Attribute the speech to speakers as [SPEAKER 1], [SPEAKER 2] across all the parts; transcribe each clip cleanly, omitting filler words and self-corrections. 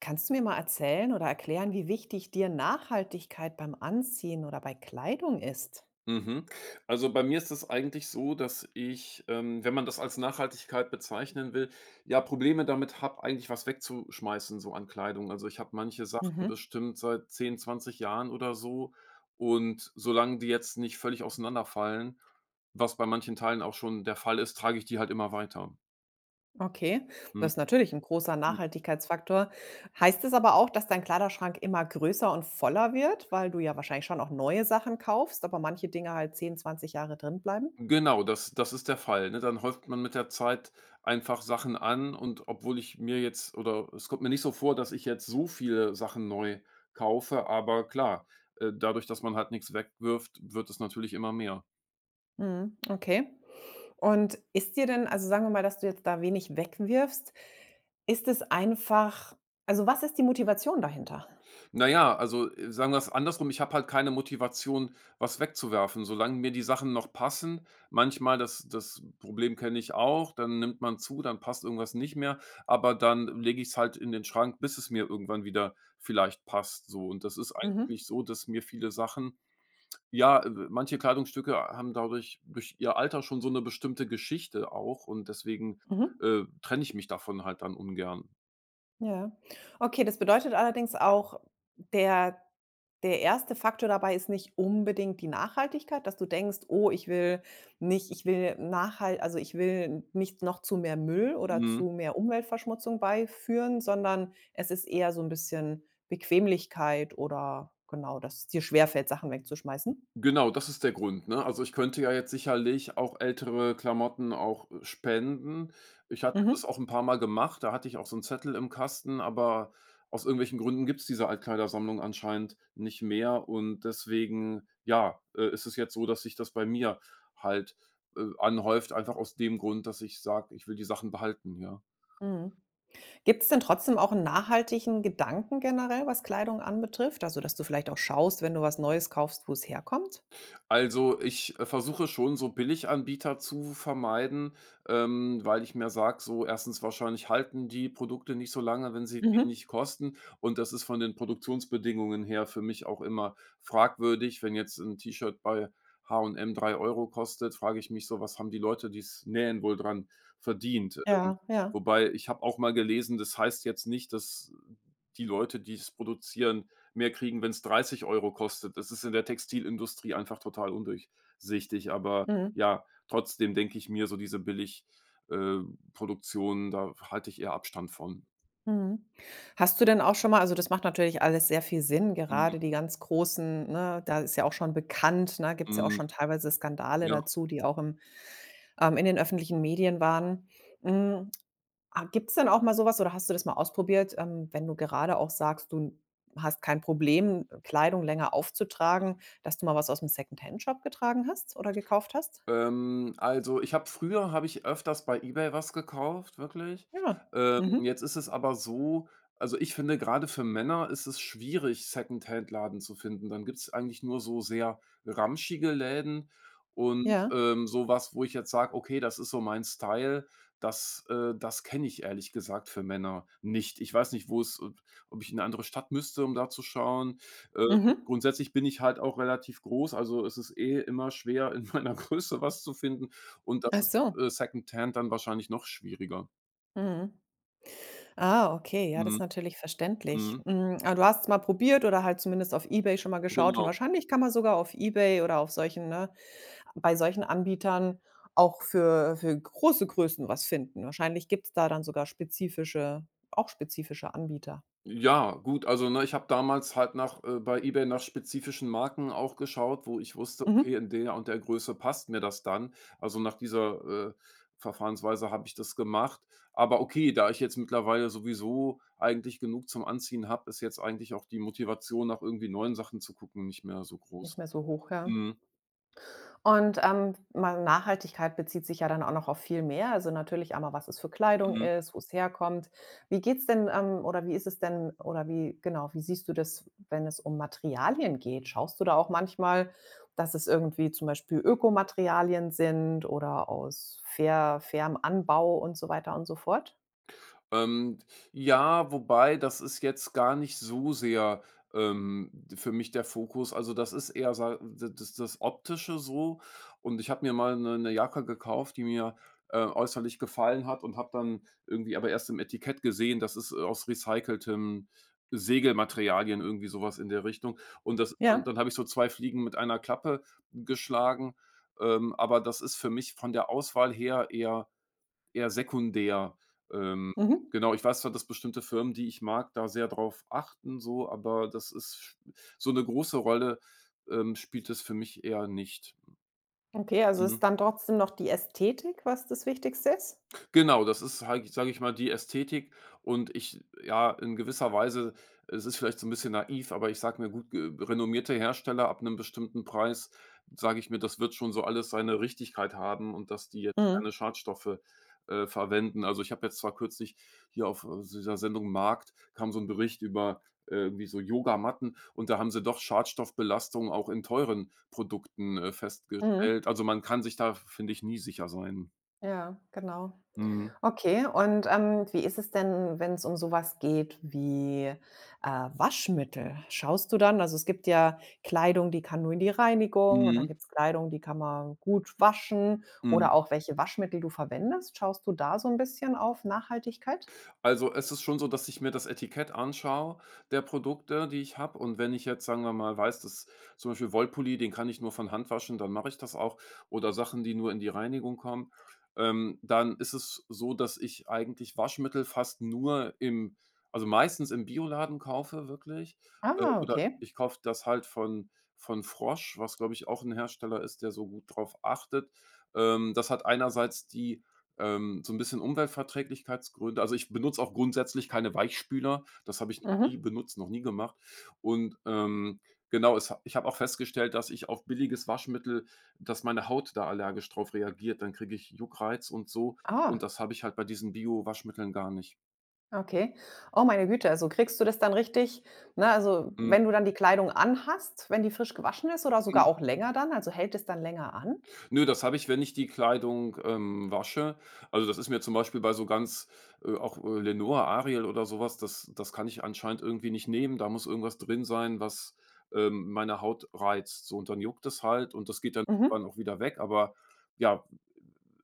[SPEAKER 1] Kannst du mir mal erzählen oder erklären, wie wichtig dir Nachhaltigkeit beim Anziehen oder bei Kleidung ist?
[SPEAKER 2] Mhm. Also, bei mir ist es eigentlich so, dass ich wenn man das als Nachhaltigkeit bezeichnen will, ja, Probleme damit habe, eigentlich was wegzuschmeißen, so an Kleidung. Also, ich habe manche Sachen
[SPEAKER 1] Mhm.
[SPEAKER 2] bestimmt seit 10, 20 Jahren oder so und solange die jetzt nicht völlig auseinanderfallen, was bei manchen Teilen auch schon der Fall ist, trage ich die halt immer weiter.
[SPEAKER 1] Okay, das ist natürlich ein großer
[SPEAKER 2] Mhm.
[SPEAKER 1] Nachhaltigkeitsfaktor. Heißt es aber auch, dass dein Kleiderschrank immer größer und voller wird, weil du ja wahrscheinlich schon auch neue Sachen kaufst, aber manche Dinge halt 10, 20 Jahre drin bleiben?
[SPEAKER 2] Genau, das ist der Fall, ne? Dann häuft man mit der Zeit einfach Sachen an und obwohl ich mir jetzt oder es kommt mir nicht so vor, dass ich jetzt so viele Sachen neu kaufe, aber klar, dadurch, dass man halt nichts wegwirft, wird es natürlich immer mehr.
[SPEAKER 1] Mhm. Okay. Und ist dir denn, also sagen wir mal, dass du jetzt da wenig wegwirfst, ist es einfach, also was ist die Motivation dahinter?
[SPEAKER 2] Na ja, also, sagen wir es andersrum, ich habe halt keine Motivation, was wegzuwerfen, solange mir die Sachen noch passen. Manchmal, das Problem kenne ich auch, dann nimmt man zu, dann passt irgendwas nicht mehr, aber dann lege ich es halt in den Schrank, bis es mir irgendwann wieder vielleicht passt so. Und das ist
[SPEAKER 1] Mhm.
[SPEAKER 2] eigentlich so, dass mir viele Sachen ja, manche Kleidungsstücke haben dadurch durch ihr Alter schon so eine bestimmte Geschichte auch und deswegen,
[SPEAKER 1] Mhm.
[SPEAKER 2] trenne ich mich davon halt dann ungern.
[SPEAKER 1] Ja. Okay, das bedeutet allerdings auch, der der erste Faktor dabei ist nicht unbedingt die Nachhaltigkeit, dass du denkst: „Oh, ich will nicht, also, ich will nicht noch zu mehr Müll oder
[SPEAKER 2] Mhm.
[SPEAKER 1] zu mehr Umweltverschmutzung beiführen“, sondern es ist eher so ein bisschen Bequemlichkeit oder genau, dass es dir schwerfällt, Sachen wegzuschmeißen?
[SPEAKER 2] Genau, das ist der Grund, ne? Also, ich könnte ja jetzt sicherlich auch ältere Klamotten auch, spenden. Ich hatte das
[SPEAKER 1] Mhm.
[SPEAKER 2] auch ein paar Mal gemacht, da hatte ich auch so 'n Zettel im Kasten, aber aus irgendwelchen Gründen gibt's diese Altkleidersammlung anscheinend nicht mehr und deswegen, ja, ist es jetzt so, dass sich das bei mir halt, anhäuft, einfach aus dem Grund, dass ich sage, ich will die Sachen behalten, ja.
[SPEAKER 1] Mhm. Gibt's denn trotzdem auch einen nachhaltigen Gedanken generell, was Kleidung anbetrifft? Also, dass du vielleicht auch schaust, wenn du was Neues kaufst, wo es herkommt?
[SPEAKER 2] Also, ich versuche schon so Billiganbieter zu vermeiden, weil ich mir sage, so erstens wahrscheinlich halten die Produkte nicht so lange, wenn sie
[SPEAKER 1] Mhm.
[SPEAKER 2] wenig kosten und das ist von den Produktionsbedingungen her für mich auch immer fragwürdig. Wenn jetzt ein T-Shirt bei H&M 3 € kostet, frage ich mich so: „Was haben die Leute, die es nähen, wohl dran verdient?“
[SPEAKER 1] Ja, ja.
[SPEAKER 2] Wobei ich habe auch mal gelesen, das heißt jetzt nicht, dass die Leute, die es produzieren, mehr kriegen, wenn es 30 € kostet. Das ist in der Textilindustrie einfach total undurchsichtig. Aber
[SPEAKER 1] Mhm.
[SPEAKER 2] ja, trotzdem denke ich mir, so diese Billig äh, Produktionen, da halte ich eher Abstand von.
[SPEAKER 1] Mhm. Hast du denn auch schon mal, also, das macht natürlich alles sehr viel Sinn,
[SPEAKER 2] Mhm,
[SPEAKER 1] gerade die ganz großen, ne, da ist ja auch schon bekannt, ne, gibt es ja auch
[SPEAKER 2] mhm,
[SPEAKER 1] schon teilweise Skandale
[SPEAKER 2] ja.
[SPEAKER 1] dazu, die auch im in den öffentlichen Medien waren. Hm, ah, gibt's denn auch mal sowas oder hast du das mal ausprobiert, wenn du gerade auch sagst, du hast kein Problem, Kleidung länger aufzutragen, dass du mal was aus'm Secondhand-Shop getragen hast oder gekauft hast?
[SPEAKER 2] Also, ich habe früher habe ich öfters bei eBay was gekauft, wirklich.
[SPEAKER 1] Ja. Mhm.
[SPEAKER 2] Jetzt ist es aber so, also, ich finde, gerade für Männer ist es schwierig, Secondhand-Laden zu finden. Dann gibt es eigentlich nur so sehr ramschige Läden und,
[SPEAKER 1] Ja.
[SPEAKER 2] so wo ich jetzt sage: „Okay, das ist so mein Style“, das kenne ich ehrlich gesagt für Männer nicht. Ich weiß nicht, wo es ob ich in eine andere Stadt müsste, um da zu schauen. Äh
[SPEAKER 1] Mhm.
[SPEAKER 2] Grundsätzlich bin ich halt auch relativ groß, also es ist eh immer schwer, in meiner Größe was zu finden und das
[SPEAKER 1] Ach
[SPEAKER 2] ist,
[SPEAKER 1] so.
[SPEAKER 2] Secondhand dann wahrscheinlich noch schwieriger.
[SPEAKER 1] Mhm. Ah, okay, ja, das ist
[SPEAKER 2] Mhm,
[SPEAKER 1] natürlich verständlich.
[SPEAKER 2] mhm,
[SPEAKER 1] Hm, aber du hast's mal probiert oder halt zumindest auf eBay schon mal geschaut, und
[SPEAKER 2] genau.
[SPEAKER 1] wahrscheinlich kann man sogar auf eBay oder auf solchen, ne, bei solchen Anbietern auch für große Größen was finden. Wahrscheinlich gibt es da dann sogar spezifische, auch spezifische Anbieter.
[SPEAKER 2] Ja, gut, also, ne, ich habe damals halt nach bei eBay nach spezifischen Marken auch geschaut, wo ich wusste: „Okay,
[SPEAKER 1] Mhm.
[SPEAKER 2] in der und der Größe passt mir das dann.“ Also, nach dieser, Verfahrensweise habe ich das gemacht. Aber okay, da ich jetzt mittlerweile sowieso eigentlich genug zum Anziehen habe, ist jetzt eigentlich auch die Motivation, nach irgendwie neuen Sachen zu gucken, nicht mehr so groß.
[SPEAKER 1] Nicht mehr so hoch, ja.
[SPEAKER 2] Mhm,
[SPEAKER 1] Und, mal, Nachhaltigkeit bezieht sich ja dann auch noch auf viel mehr. Also, natürlich einmal, was es für Kleidung
[SPEAKER 2] mhm.
[SPEAKER 1] ist, wo es herkommt. Wie geht's denn, oder wie ist es denn oder wie genau, wie siehst du das, wenn es um Materialien geht? Schaust du da auch manchmal, dass es irgendwie zum Beispiel Ökomaterialien sind oder aus fairem Anbau und so weiter und so fort?
[SPEAKER 2] Ähm, ja, wobei das ist jetzt gar nicht so sehr, d für mich der Fokus. Also, das ist eher sa d das das Optische so und ich habe mir mal eine Jacke gekauft, die mir, äußerlich gefallen hat und habe dann irgendwie aber erst im Etikett gesehen, das ist, aus recyceltem Segelmaterialien, irgendwie sowas in der Richtung. Und das und
[SPEAKER 1] Ja.
[SPEAKER 2] dann habe ich so 2 Fliegen mit einer Klappe geschlagen, aber das ist für mich von der Auswahl her eher sekundär. Ähm,
[SPEAKER 1] Mhm.
[SPEAKER 2] genau, ich weiß zwar, dass bestimmte Firmen, die ich mag, da sehr drauf achten so, aber das ist so eine große Rolle, spielt es für mich eher nicht.
[SPEAKER 1] Okay, also ist
[SPEAKER 2] Mhm.
[SPEAKER 1] dann trotzdem noch die Ästhetik, was das Wichtigste ist?
[SPEAKER 2] Genau, das ist halt, sage ich mal, die Ästhetik und ich ja, in gewisser Weise, es ist vielleicht so ein bisschen naiv, aber ich sage mir: „Gut, ge renommierte Hersteller ab einem bestimmten Preis“, sage ich mir, das wird schon so alles seine Richtigkeit haben und dass die jetzt
[SPEAKER 1] Mhm.
[SPEAKER 2] keine Schadstoffe, verwenden. Also, ich habe jetzt zwar kürzlich hier auf, dieser Sendung Markt kam so ein Bericht über irgendwie so Yogamatten und da haben sie doch Schadstoffbelastungen auch in teuren Produkten,
[SPEAKER 1] Mhm.
[SPEAKER 2] festgestellt. Also, man kann sich da, finde ich, nie sicher sein.
[SPEAKER 1] Ja, genau.
[SPEAKER 2] Mhm.
[SPEAKER 1] Okay, und, wie ist es denn, wenn es um sowas geht wie, Waschmittel? Schaust du dann, also, es gibt ja Kleidung, die kann nur in die Reinigung, und dann
[SPEAKER 2] Mhm.
[SPEAKER 1] gibt es Kleidung, die kann man gut waschen,
[SPEAKER 2] Mhm.
[SPEAKER 1] oder auch welche Waschmittel du verwendest. Schaust du da so ein bisschen auf Nachhaltigkeit?
[SPEAKER 2] Also, es ist schon so, dass ich mir das Etikett anschaue der Produkte, die ich habe. Und wenn ich jetzt, sagen wir mal, weiß, dass zum Beispiel Wollpulli, den kann ich nur von Hand waschen, dann mache ich das auch. Oder Sachen, die nur in die Reinigung kommen, dann ist es so, dass ich eigentlich Waschmittel fast nur im also meistens im Bioladen kaufe wirklich.
[SPEAKER 1] Ah,
[SPEAKER 2] Oder
[SPEAKER 1] okay.
[SPEAKER 2] ich kaufe das halt von Frosch, was, glaube ich, auch ein Hersteller ist, der so gut drauf achtet. Das hat einerseits die so ein bisschen Umweltverträglichkeitsgründe. Also, ich benutze auch grundsätzlich keine Weichspüler. Das habe ich noch nie
[SPEAKER 1] Mhm.
[SPEAKER 2] benutzt, noch nie gemacht. Und, genau, es ha ich habe auch festgestellt, dass ich auf billiges Waschmittel, dass meine Haut da allergisch drauf reagiert. Dann kriege ich Juckreiz und so.
[SPEAKER 1] Ah,
[SPEAKER 2] Und das habe ich halt bei diesen Bio-Waschmitteln gar nicht.
[SPEAKER 1] okay. Oh, meine Güte, also, kriegst du das dann richtig, ne, also,
[SPEAKER 2] Mhm.
[SPEAKER 1] wenn du dann die Kleidung anhast, wenn die frisch gewaschen ist oder sogar auch länger dann? Also, hält es dann länger an?
[SPEAKER 2] Nö, das habe ich, wenn ich die Kleidung, wasche. Also, das ist mir zum Beispiel bei so ganz, auch, Lenore, Ariel oder sowas. Das kann ich anscheinend irgendwie nicht nehmen. Da muss irgendwas drin sein, was, meine Haut reizt, so und dann juckt es halt und das geht dann irgendwann
[SPEAKER 1] Mhm.
[SPEAKER 2] auch wieder weg, aber ja,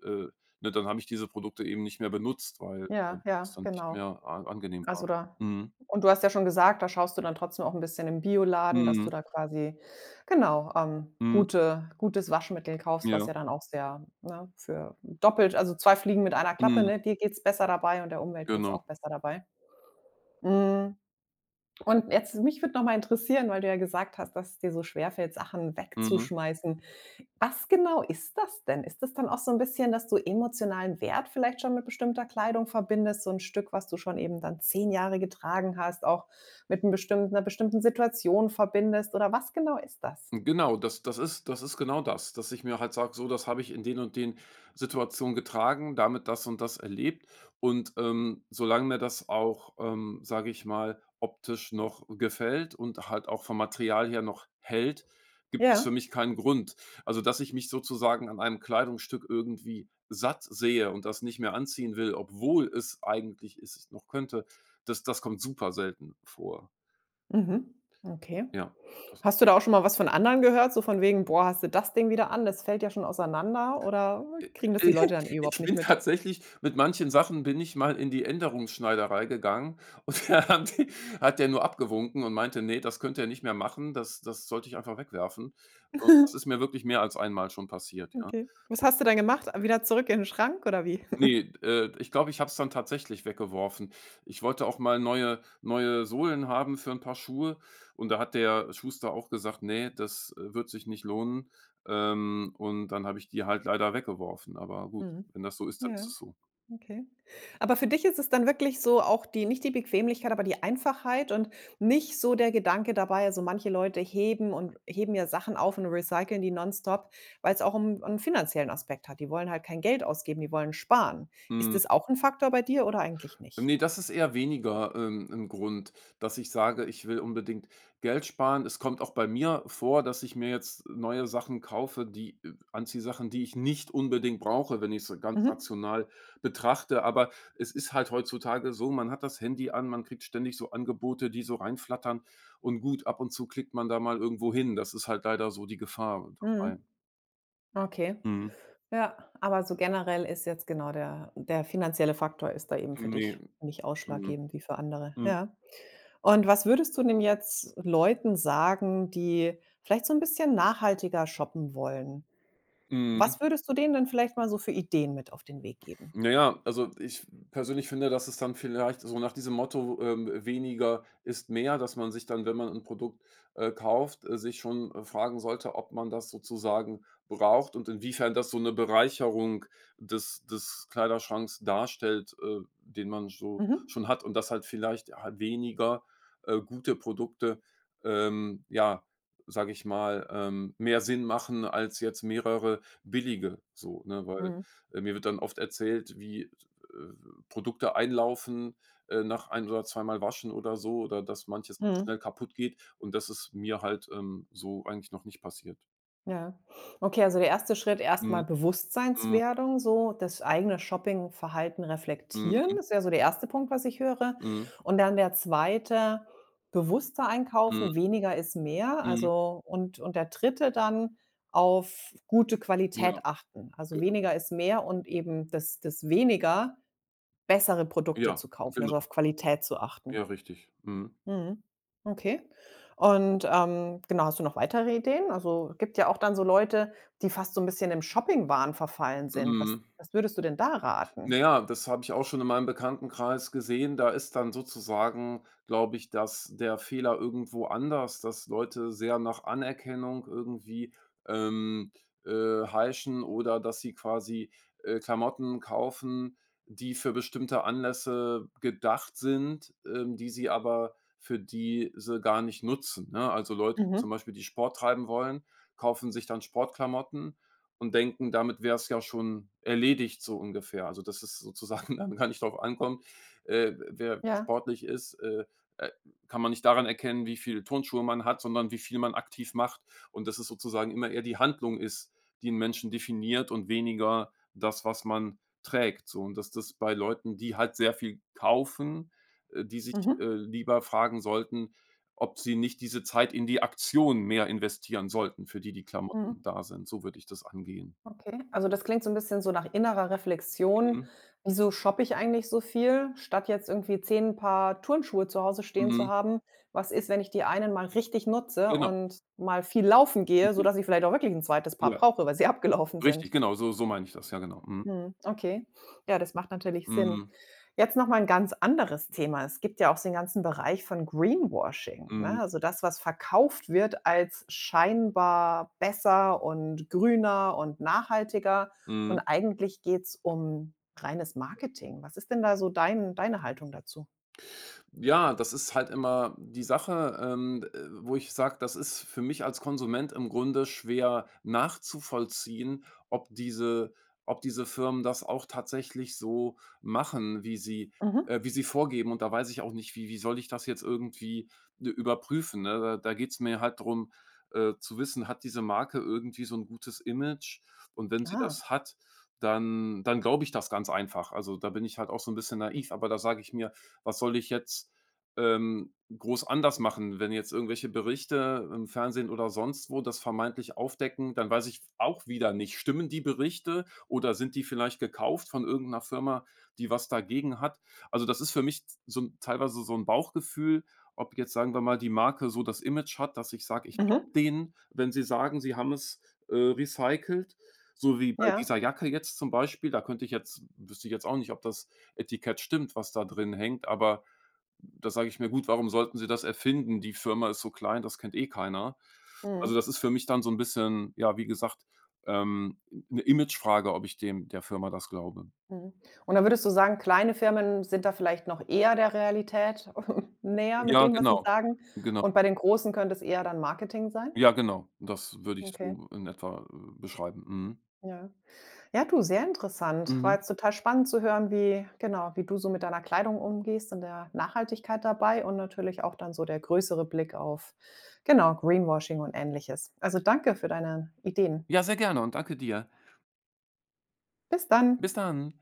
[SPEAKER 2] äh, ne, dann habe ich diese Produkte eben nicht mehr benutzt, weil,
[SPEAKER 1] Ja,
[SPEAKER 2] es
[SPEAKER 1] ja,
[SPEAKER 2] dann nicht mehr
[SPEAKER 1] genau.
[SPEAKER 2] a angenehm war.
[SPEAKER 1] Also da,
[SPEAKER 2] Mhm.
[SPEAKER 1] und du hast ja schon gesagt, da schaust du dann trotzdem auch 'n bisschen im Bioladen, dass
[SPEAKER 2] Mhm.
[SPEAKER 1] du da quasi, genau,
[SPEAKER 2] Mhm.
[SPEAKER 1] gutes Waschmittel kaufst, was
[SPEAKER 2] Ja.
[SPEAKER 1] ja dann auch sehr, ne, für doppelt, also 2 Fliegen mit einer Klappe,
[SPEAKER 2] Mhm.
[SPEAKER 1] ne? Dir geht's besser dabei und der Umwelt geht's
[SPEAKER 2] Genau.
[SPEAKER 1] auch besser dabei. Hm, und jetzt, mich würde noch mal interessieren, weil du ja gesagt hast, dass es dir so schwerfällt, Sachen
[SPEAKER 2] Mhm.
[SPEAKER 1] wegzuschmeißen. Was genau ist das denn? Ist das dann auch so ein bisschen, dass du emotionalen Wert vielleicht schon mit bestimmter Kleidung verbindest, so ein Stück, was du schon eben dann 10 Jahre getragen hast, auch mit 'nem bestimmten 'ner bestimmten Situation verbindest, oder was genau ist das?
[SPEAKER 2] Genau, das ist genau das, dass ich mir halt sage: „So, das habe ich in den und den Situationen getragen, damit das und das erlebt.“ Und, solange mir das auch, sage ich mal, optisch noch gefällt und halt auch vom Material her noch hält, gibt es für
[SPEAKER 1] Ja,
[SPEAKER 2] mich keinen Grund. Also, dass ich mich sozusagen an einem Kleidungsstück irgendwie satt sehe und das nicht mehr anziehen will, obwohl es eigentlich ist, noch könnte, das kommt super selten vor.
[SPEAKER 1] mhm, okay.
[SPEAKER 2] Ja.
[SPEAKER 1] Hast du da auch schon mal was von anderen gehört, so von wegen: „Boah, hast du das Ding wieder an, das fällt ja schon auseinander“, oder
[SPEAKER 2] Äh,
[SPEAKER 1] kriegen das die Leute dann eh überhaupt
[SPEAKER 2] Ich
[SPEAKER 1] nicht
[SPEAKER 2] bin
[SPEAKER 1] mit?
[SPEAKER 2] tatsächlich mit manchen Sachen bin ich mal in die Änderungsschneiderei gegangen und da haben die hat der nur abgewunken und meinte: nee, das könnt ihr nicht mehr machen, das sollte ich einfach wegwerfen.“ Und das ist mir wirklich mehr als einmal schon passiert, ja.
[SPEAKER 1] Okay. Was hast du dann gemacht? Wieder zurück in den Schrank oder wie?
[SPEAKER 2] Ne, ich glaube, ich habe es dann tatsächlich weggeworfen. Ich wollte auch mal neue Sohlen haben für ein paar Schuhe und da hat der Schuster auch gesagt: nee, das, wird sich nicht lohnen.“ Und dann habe ich die halt leider weggeworfen, aber gut,
[SPEAKER 1] Mhm,
[SPEAKER 2] wenn das so ist, dann ist
[SPEAKER 1] ja.
[SPEAKER 2] es so.
[SPEAKER 1] Okay. Aber für dich ist es dann wirklich so auch, die, nicht die Bequemlichkeit, aber die Einfachheit, und nicht so der Gedanke dabei. Also, manche Leute heben und heben ja Sachen auf und recyceln die nonstop, weil es auch 'n finanziellen Aspekt hat. Die wollen halt kein Geld ausgeben, die wollen sparen. Ist
[SPEAKER 2] Mhm.
[SPEAKER 1] das auch ein Faktor bei dir oder eigentlich nicht?
[SPEAKER 2] Ne, das ist eher weniger, 'n Grund, dass ich sage, ich will unbedingt Geld sparen. Es kommt auch bei mir vor, dass ich mir jetzt neue Sachen kaufe, die Anziehsachen, die ich nicht unbedingt brauche, wenn ich es ganz
[SPEAKER 1] Mhm.
[SPEAKER 2] rational betrachte. Aber es ist halt heutzutage so, man hat das Handy an, man kriegt ständig so Angebote, die so reinflattern und gut, ab und zu klickt man da mal irgendwo hin. Das ist halt leider so die Gefahr dabei.
[SPEAKER 1] Mhm. Okay.
[SPEAKER 2] Mhm.
[SPEAKER 1] Ja, aber so generell ist jetzt, genau, der finanzielle Faktor ist da eben für
[SPEAKER 2] Ne.
[SPEAKER 1] dich nicht
[SPEAKER 2] Mhm.
[SPEAKER 1] ausschlaggebend wie für andere.
[SPEAKER 2] Mhm.
[SPEAKER 1] Ja. Und was würdest du denn jetzt Leuten sagen, die vielleicht so ein bisschen nachhaltiger shoppen wollen?
[SPEAKER 2] Mhm.
[SPEAKER 1] Was würdest du denen denn vielleicht mal so für Ideen mit auf den Weg geben?
[SPEAKER 2] Na ja, also ich persönlich finde, dass es dann vielleicht so nach diesem Motto, weniger ist mehr, dass man sich dann, wenn man ein Produkt, kauft, sich schon, fragen sollte, ob man das sozusagen braucht und inwiefern das so eine Bereicherung des Kleiderschranks darstellt, den man so
[SPEAKER 1] Mhm.
[SPEAKER 2] schon hat und dass halt vielleicht halt weniger, gute Produkte, ja, sage ich mal, mehr Sinn machen als jetzt mehrere billige so, ne? Weil
[SPEAKER 1] Mhm.
[SPEAKER 2] mir wird dann oft erzählt, wie, Produkte einlaufen, nach ein oder zweimal waschen oder so oder dass manches
[SPEAKER 1] Mhm.
[SPEAKER 2] schnell kaputt geht und das ist mir halt, so eigentlich noch nicht passiert.
[SPEAKER 1] Ja. Okay, also der erste Schritt
[SPEAKER 2] Mhm,
[SPEAKER 1] erstmal
[SPEAKER 2] mhm,
[SPEAKER 1] Bewusstseinswerdung, so das eigene Shoppingverhalten reflektieren.
[SPEAKER 2] mhm,
[SPEAKER 1] Das wäre so der erste Punkt, was ich höre.
[SPEAKER 2] mhm,
[SPEAKER 1] Und dann der zweite, bewusster
[SPEAKER 2] mhm,
[SPEAKER 1] einkaufen, weniger ist mehr.
[SPEAKER 2] mhm.
[SPEAKER 1] Also, und der dritte dann, auf gute
[SPEAKER 2] Ja,
[SPEAKER 1] Qualität achten. Also
[SPEAKER 2] genau.
[SPEAKER 1] weniger ist mehr und eben das, weniger bessere Produkte
[SPEAKER 2] Ja,
[SPEAKER 1] zu kaufen, also
[SPEAKER 2] genau.
[SPEAKER 1] auf Qualität zu achten.
[SPEAKER 2] Ja, richtig. Mhm.
[SPEAKER 1] Mhm. Okay. Und, genau, hast du noch weitere Ideen? Also, gibt ja auch dann so Leute, die fast so ein bisschen im Shoppingwahn verfallen sind. Was
[SPEAKER 2] Mhm.
[SPEAKER 1] was würdest du denn da
[SPEAKER 2] Na
[SPEAKER 1] raten?
[SPEAKER 2] ja, das habe ich auch schon in meinem Bekanntenkreis gesehen. Da ist dann sozusagen, glaube ich, dass der Fehler irgendwo anders, dass Leute sehr nach Anerkennung irgendwie, ähm, heischen oder dass sie quasi, Klamotten kaufen, die für bestimmte Anlässe gedacht sind, die sie aber für diese gar nicht nutzen, ne? Also, Leute zum
[SPEAKER 1] Mhm.
[SPEAKER 2] Beispiel, die Sport treiben wollen, kaufen sich dann Sportklamotten und denken, damit wäre es ja schon erledigt so ungefähr. Also, dass es sozusagen dann gar nicht drauf ankommt, wer
[SPEAKER 1] Ja.
[SPEAKER 2] sportlich ist, äh, kann man nicht daran erkennen, wie viele Turnschuhe man hat, sondern wie viel man aktiv macht und dass es sozusagen immer eher die Handlung ist, die einen Menschen definiert und weniger das, was man trägt so. Und dass das bei Leuten, die halt sehr viel kaufen, die sich,
[SPEAKER 1] Mhm.
[SPEAKER 2] lieber fragen sollten: ob sie nicht diese Zeit in die Aktion mehr investieren sollten, für die die Klamotten
[SPEAKER 1] Mhm.
[SPEAKER 2] da sind. So würde ich das angehen.
[SPEAKER 1] Okay. Also, das klingt so ein bisschen so nach innerer Reflexion.
[SPEAKER 2] Mhm.
[SPEAKER 1] Wieso shoppe ich eigentlich so viel, statt jetzt irgendwie 10 Paar Turnschuhe zu Hause stehen zu
[SPEAKER 2] Mhm.
[SPEAKER 1] haben? Was ist, wenn ich die einen mal richtig nutze
[SPEAKER 2] Genau,
[SPEAKER 1] und mal viel laufen gehe,
[SPEAKER 2] richtig.
[SPEAKER 1] sodass ich vielleicht auch wirklich ein zweites Paar
[SPEAKER 2] Ja,
[SPEAKER 1] brauche, weil sie abgelaufen
[SPEAKER 2] richtig,
[SPEAKER 1] sind?
[SPEAKER 2] genau, so meine ich das. Ja, genau. Mhm.
[SPEAKER 1] Mhm, okay. Ja, das macht natürlich Sinn.
[SPEAKER 2] Mhm.
[SPEAKER 1] Jetzt noch mal 'n ganz anderes Thema. Es gibt ja auch so den ganzen Bereich von Greenwashing,
[SPEAKER 2] Mhm.
[SPEAKER 1] ne? Also, das, was verkauft wird als scheinbar besser und grüner und nachhaltiger,
[SPEAKER 2] Mhm.
[SPEAKER 1] und eigentlich geht's um reines Marketing. Was ist denn da so deine Haltung dazu?
[SPEAKER 2] Ja, das ist halt immer die Sache, wo ich sage, das ist für mich als Konsument im Grunde schwer nachzuvollziehen, ob diese ob diese Firmen das auch tatsächlich so machen, wie sie
[SPEAKER 1] Mhm.
[SPEAKER 2] äh, wie sie vorgeben. Und da weiß ich auch nicht, wie soll ich das jetzt irgendwie, überprüfen, ne? Da geht es mir halt drum, zu wissen, hat diese Marke irgendwie so ein gutes Image? Und wenn sie
[SPEAKER 1] Ah.
[SPEAKER 2] das hat, dann glaube ich das ganz einfach. Also, da bin ich halt auch so ein bisschen naiv, aber da sage ich mir: was soll ich jetzt, groß anders machen? Wenn jetzt irgendwelche Berichte im Fernsehen oder sonst wo das vermeintlich aufdecken, dann weiß ich auch wieder nicht, stimmen die Berichte oder sind die vielleicht gekauft von irgendeiner Firma, die was dagegen hat? Also, das ist für mich so 'n teilweise so ein Bauchgefühl, ob jetzt, sagen wir mal, die Marke so das Image hat, dass ich sage: „Ich glaube
[SPEAKER 1] Mhm.
[SPEAKER 2] denen, wenn sie sagen, sie haben es, recycelt.“ So wie bei
[SPEAKER 1] Ja.
[SPEAKER 2] dieser Jacke jetzt zum Beispiel, da könnte ich jetzt wüsste ich jetzt auch nicht, ob das Etikett stimmt, was da drin hängt, aber da sage ich mir: „Gut, warum sollten sie das erfinden? Die Firma ist so klein, das kennt eh keiner.“ Also,
[SPEAKER 1] Mhm.
[SPEAKER 2] das ist für mich dann so 'n bisschen, ja, wie gesagt, ähm, 'ne Imagefrage, ob ich dem der Firma das glaube.
[SPEAKER 1] Mhm. Und da würdest du sagen, kleine Firmen sind da vielleicht noch eher der Realität näher mit
[SPEAKER 2] Ja,
[SPEAKER 1] dem, was sie
[SPEAKER 2] genau.
[SPEAKER 1] sagen,
[SPEAKER 2] Genau.
[SPEAKER 1] und bei den großen könnte es eher dann Marketing sein?
[SPEAKER 2] Ja, genau. Das würde ich
[SPEAKER 1] Okay,
[SPEAKER 2] so in etwa, beschreiben. Mhm.
[SPEAKER 1] ja. Ja, du, sehr interessant.
[SPEAKER 2] Mhm.
[SPEAKER 1] War jetzt total spannend zu hören, wie genau, wie du so mit deiner Kleidung umgehst und der Nachhaltigkeit dabei und natürlich auch dann so der größere Blick auf, genau, Greenwashing und Ähnliches. Also, danke für deine Ideen.
[SPEAKER 2] Ja, sehr gerne und danke dir.
[SPEAKER 1] Bis dann.
[SPEAKER 2] Bis dann.